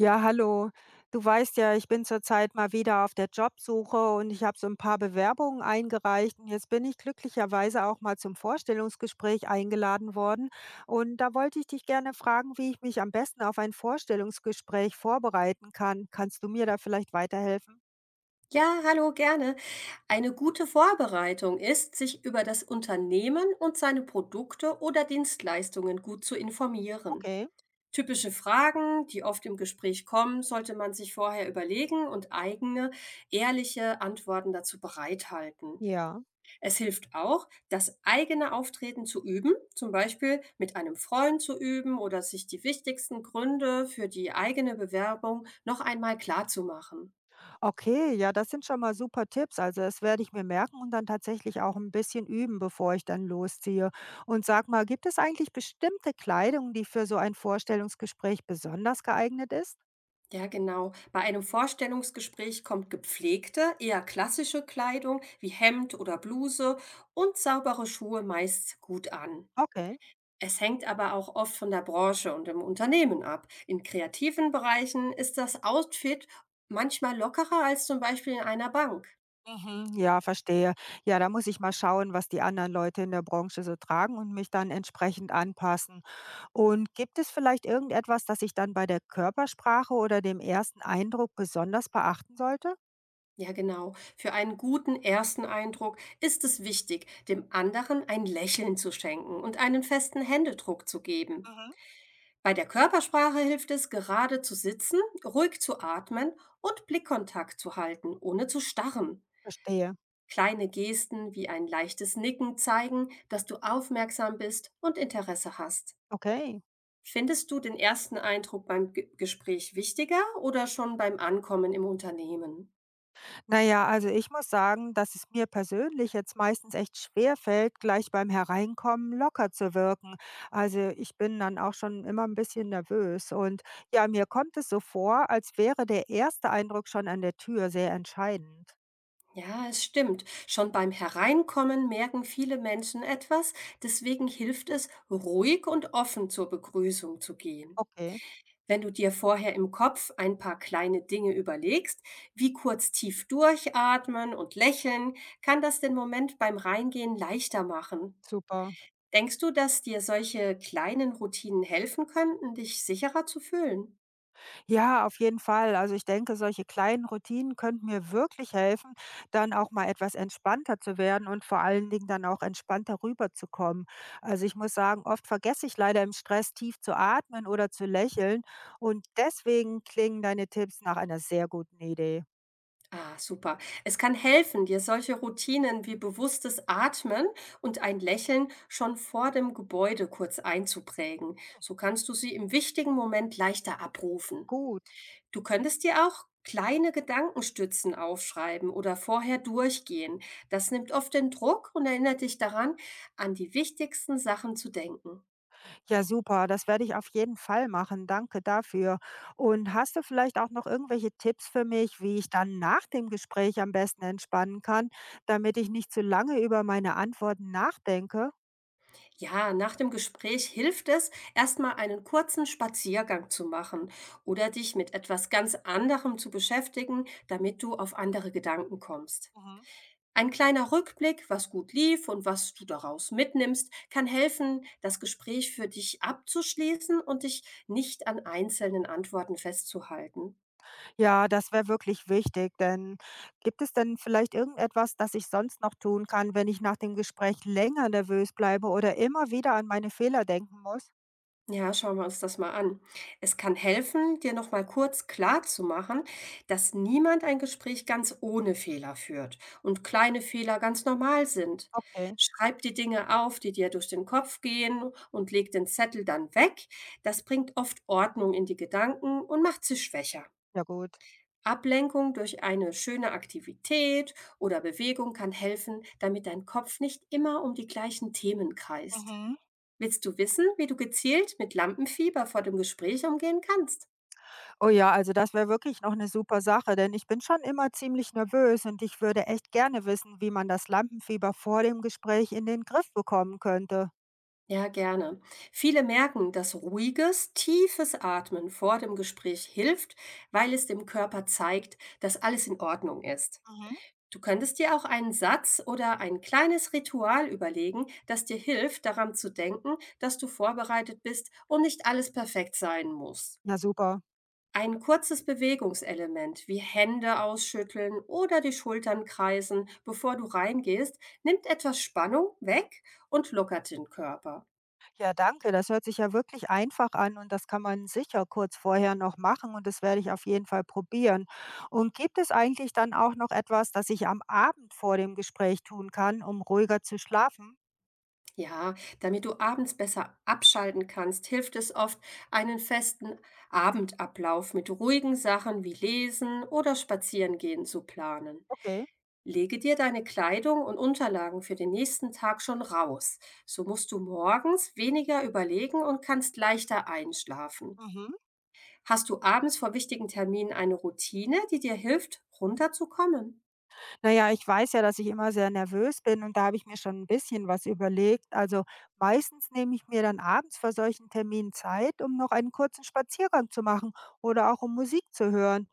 Ja, hallo. Du weißt ja, ich bin zurzeit mal wieder auf der Jobsuche und ich habe so ein paar Bewerbungen eingereicht. Und jetzt bin ich glücklicherweise auch mal zum Vorstellungsgespräch eingeladen worden. Und da wollte ich dich gerne fragen, wie ich mich am besten auf ein Vorstellungsgespräch vorbereiten kann. Kannst du mir da vielleicht weiterhelfen? Ja, hallo, gerne. Eine gute Vorbereitung ist, sich über das Unternehmen und seine Produkte oder Dienstleistungen gut zu informieren. Okay, Typische Fragen, die oft im Gespräch kommen, sollte man sich vorher überlegen und eigene, ehrliche Antworten dazu bereithalten. ja. Es hilft auch, das eigene Auftreten zu üben, zum Beispiel mit einem Freund zu üben oder sich die wichtigsten Gründe für die eigene Bewerbung noch einmal klar zu machen. Okay, ja, das sind schon mal super Tipps. Also das werde ich mir merken und dann tatsächlich auch ein bisschen üben, bevor ich dann losziehe. Und sag mal, gibt es eigentlich bestimmte Kleidung, die für so ein Vorstellungsgespräch besonders geeignet ist? Ja, genau. Bei einem Vorstellungsgespräch kommt gepflegte, eher klassische Kleidung wie Hemd oder Bluse und saubere Schuhe meist gut an. Okay. Es hängt aber auch oft von der Branche und dem Unternehmen ab. In kreativen Bereichen ist das Outfit manchmal lockerer als zum Beispiel in einer Bank. Mhm, ja, verstehe. Ja, da muss ich mal schauen, was die anderen Leute in der Branche so tragen und mich dann entsprechend anpassen. Und gibt es vielleicht irgendetwas, das ich dann bei der Körpersprache oder dem ersten Eindruck besonders beachten sollte? Ja, genau. Für einen guten ersten Eindruck ist es wichtig, dem anderen ein Lächeln zu schenken und einen festen Händedruck zu geben. Mhm. Bei der Körpersprache hilft es, gerade zu sitzen, ruhig zu atmen und Blickkontakt zu halten, ohne zu starren. Verstehe. Kleine Gesten wie ein leichtes Nicken zeigen, dass du aufmerksam bist und Interesse hast. Okay. Findest du den ersten Eindruck beim Gespräch wichtiger oder schon beim Ankommen im Unternehmen? Na ja, also ich muss sagen, dass es mir persönlich jetzt meistens echt schwer fällt, gleich beim Hereinkommen locker zu wirken. Also ich bin dann auch schon immer ein bisschen nervös und ja, mir kommt es so vor, als wäre der erste Eindruck schon an der Tür sehr entscheidend. Ja, es stimmt. Schon beim Hereinkommen merken viele Menschen etwas, deswegen hilft es, ruhig und offen zur Begrüßung zu gehen. Okay, Wenn du dir vorher im Kopf ein paar kleine Dinge überlegst, wie kurz tief durchatmen und lächeln, kann das den Moment beim Reingehen leichter machen. super. Denkst du, dass dir solche kleinen Routinen helfen könnten, dich sicherer zu fühlen? Ja, auf jeden Fall. Also ich denke, solche kleinen Routinen könnten mir wirklich helfen, dann auch mal etwas entspannter zu werden und vor allen Dingen dann auch entspannter rüberzukommen. Also ich muss sagen, oft vergesse ich leider im Stress tief zu atmen oder zu lächeln und deswegen klingen deine Tipps nach einer sehr guten Idee. Ah, super. Es kann helfen, dir solche Routinen wie bewusstes Atmen und ein Lächeln schon vor dem Gebäude kurz einzuprägen. So kannst du sie im wichtigen Moment leichter abrufen. Gut. Du könntest dir auch kleine Gedankenstützen aufschreiben oder vorher durchgehen. Das nimmt oft den Druck und erinnert dich daran, an die wichtigsten Sachen zu denken. Ja, super. Das werde ich auf jeden Fall machen. Danke dafür. Und hast du vielleicht auch noch irgendwelche Tipps für mich, wie ich dann nach dem Gespräch am besten entspannen kann, damit ich nicht zu lange über meine Antworten nachdenke? Ja, nach dem Gespräch hilft es, erstmal einen kurzen Spaziergang zu machen oder dich mit etwas ganz anderem zu beschäftigen, damit du auf andere Gedanken kommst. Mhm. Ein kleiner Rückblick, was gut lief und was du daraus mitnimmst, kann helfen, das Gespräch für dich abzuschließen und dich nicht an einzelnen Antworten festzuhalten. Ja, das wäre wirklich wichtig, denn gibt es denn vielleicht irgendetwas, das ich sonst noch tun kann, wenn ich nach dem Gespräch länger nervös bleibe oder immer wieder an meine Fehler denken muss? Ja, schauen wir uns das mal an. Es kann helfen, dir noch mal kurz klar zu machen, dass niemand ein Gespräch ganz ohne Fehler führt und kleine Fehler ganz normal sind. Okay, Schreib die Dinge auf, die dir durch den Kopf gehen und leg den Zettel dann weg. Das bringt oft Ordnung in die Gedanken und macht sie schwächer. ja, gut. Ablenkung durch eine schöne Aktivität oder Bewegung kann helfen, damit dein Kopf nicht immer um die gleichen Themen kreist. Mhm. Willst du wissen, wie du gezielt mit Lampenfieber vor dem Gespräch umgehen kannst? Oh ja, also das wäre wirklich noch eine super Sache, denn ich bin schon immer ziemlich nervös und ich würde echt gerne wissen, wie man das Lampenfieber vor dem Gespräch in den Griff bekommen könnte. Ja, gerne. Viele merken, dass ruhiges, tiefes Atmen vor dem Gespräch hilft, weil es dem Körper zeigt, dass alles in Ordnung ist. Mhm. Du könntest dir auch einen Satz oder ein kleines Ritual überlegen, das dir hilft, daran zu denken, dass du vorbereitet bist und nicht alles perfekt sein muss. Ja, super. Ein kurzes Bewegungselement wie Hände ausschütteln oder die Schultern kreisen, bevor du reingehst, nimmt etwas Spannung weg und lockert den Körper. Ja, danke. Das hört sich ja wirklich einfach an und das kann man sicher kurz vorher noch machen und das werde ich auf jeden Fall probieren. Und gibt es eigentlich dann auch noch etwas, das ich am Abend vor dem Gespräch tun kann, um ruhiger zu schlafen? Ja, damit du abends besser abschalten kannst, hilft es oft, einen festen Abendablauf mit ruhigen Sachen wie Lesen oder Spazierengehen zu planen. Okay. Lege dir deine Kleidung und Unterlagen für den nächsten Tag schon raus. So musst du morgens weniger überlegen und kannst leichter einschlafen. Mhm. Hast du abends vor wichtigen Terminen eine Routine, die dir hilft, runterzukommen? Na ja, ich weiß ja, dass ich immer sehr nervös bin und da habe ich mir schon ein bisschen was überlegt. Also, meistens nehme ich mir dann abends vor solchen Terminen Zeit, um noch einen kurzen Spaziergang zu machen oder auch um Musik zu hören.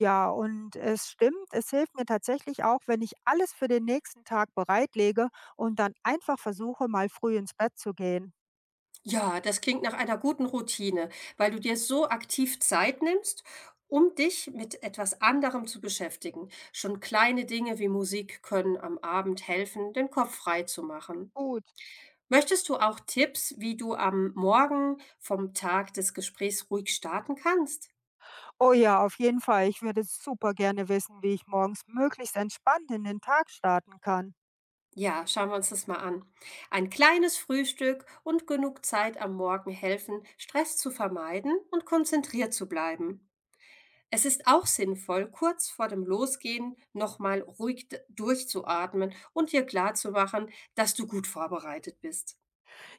Ja, und es stimmt, es hilft mir tatsächlich auch, wenn ich alles für den nächsten Tag bereitlege und dann einfach versuche, mal früh ins Bett zu gehen. Ja, das klingt nach einer guten Routine, weil du dir so aktiv Zeit nimmst, um dich mit etwas anderem zu beschäftigen. Schon kleine Dinge wie Musik können am Abend helfen, den Kopf frei zu machen. Gut. Möchtest du auch Tipps, wie du am Morgen vom Tag des Gesprächs ruhig starten kannst? Oh ja, auf jeden Fall. Ich würde super gerne wissen, wie ich morgens möglichst entspannt in den Tag starten kann. Ja, schauen wir uns das mal an. Ein kleines Frühstück und genug Zeit am Morgen helfen, Stress zu vermeiden und konzentriert zu bleiben. Es ist auch sinnvoll, kurz vor dem Losgehen nochmal ruhig durchzuatmen und dir klarzumachen, dass du gut vorbereitet bist.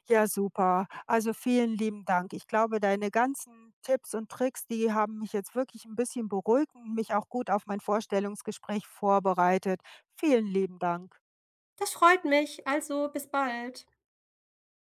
Ja, super. Also vielen lieben Dank. Ich glaube, deine ganzen Tipps und Tricks, die haben mich jetzt wirklich ein bisschen beruhigt und mich auch gut auf mein Vorstellungsgespräch vorbereitet. Vielen lieben Dank. Das freut mich, also bis bald.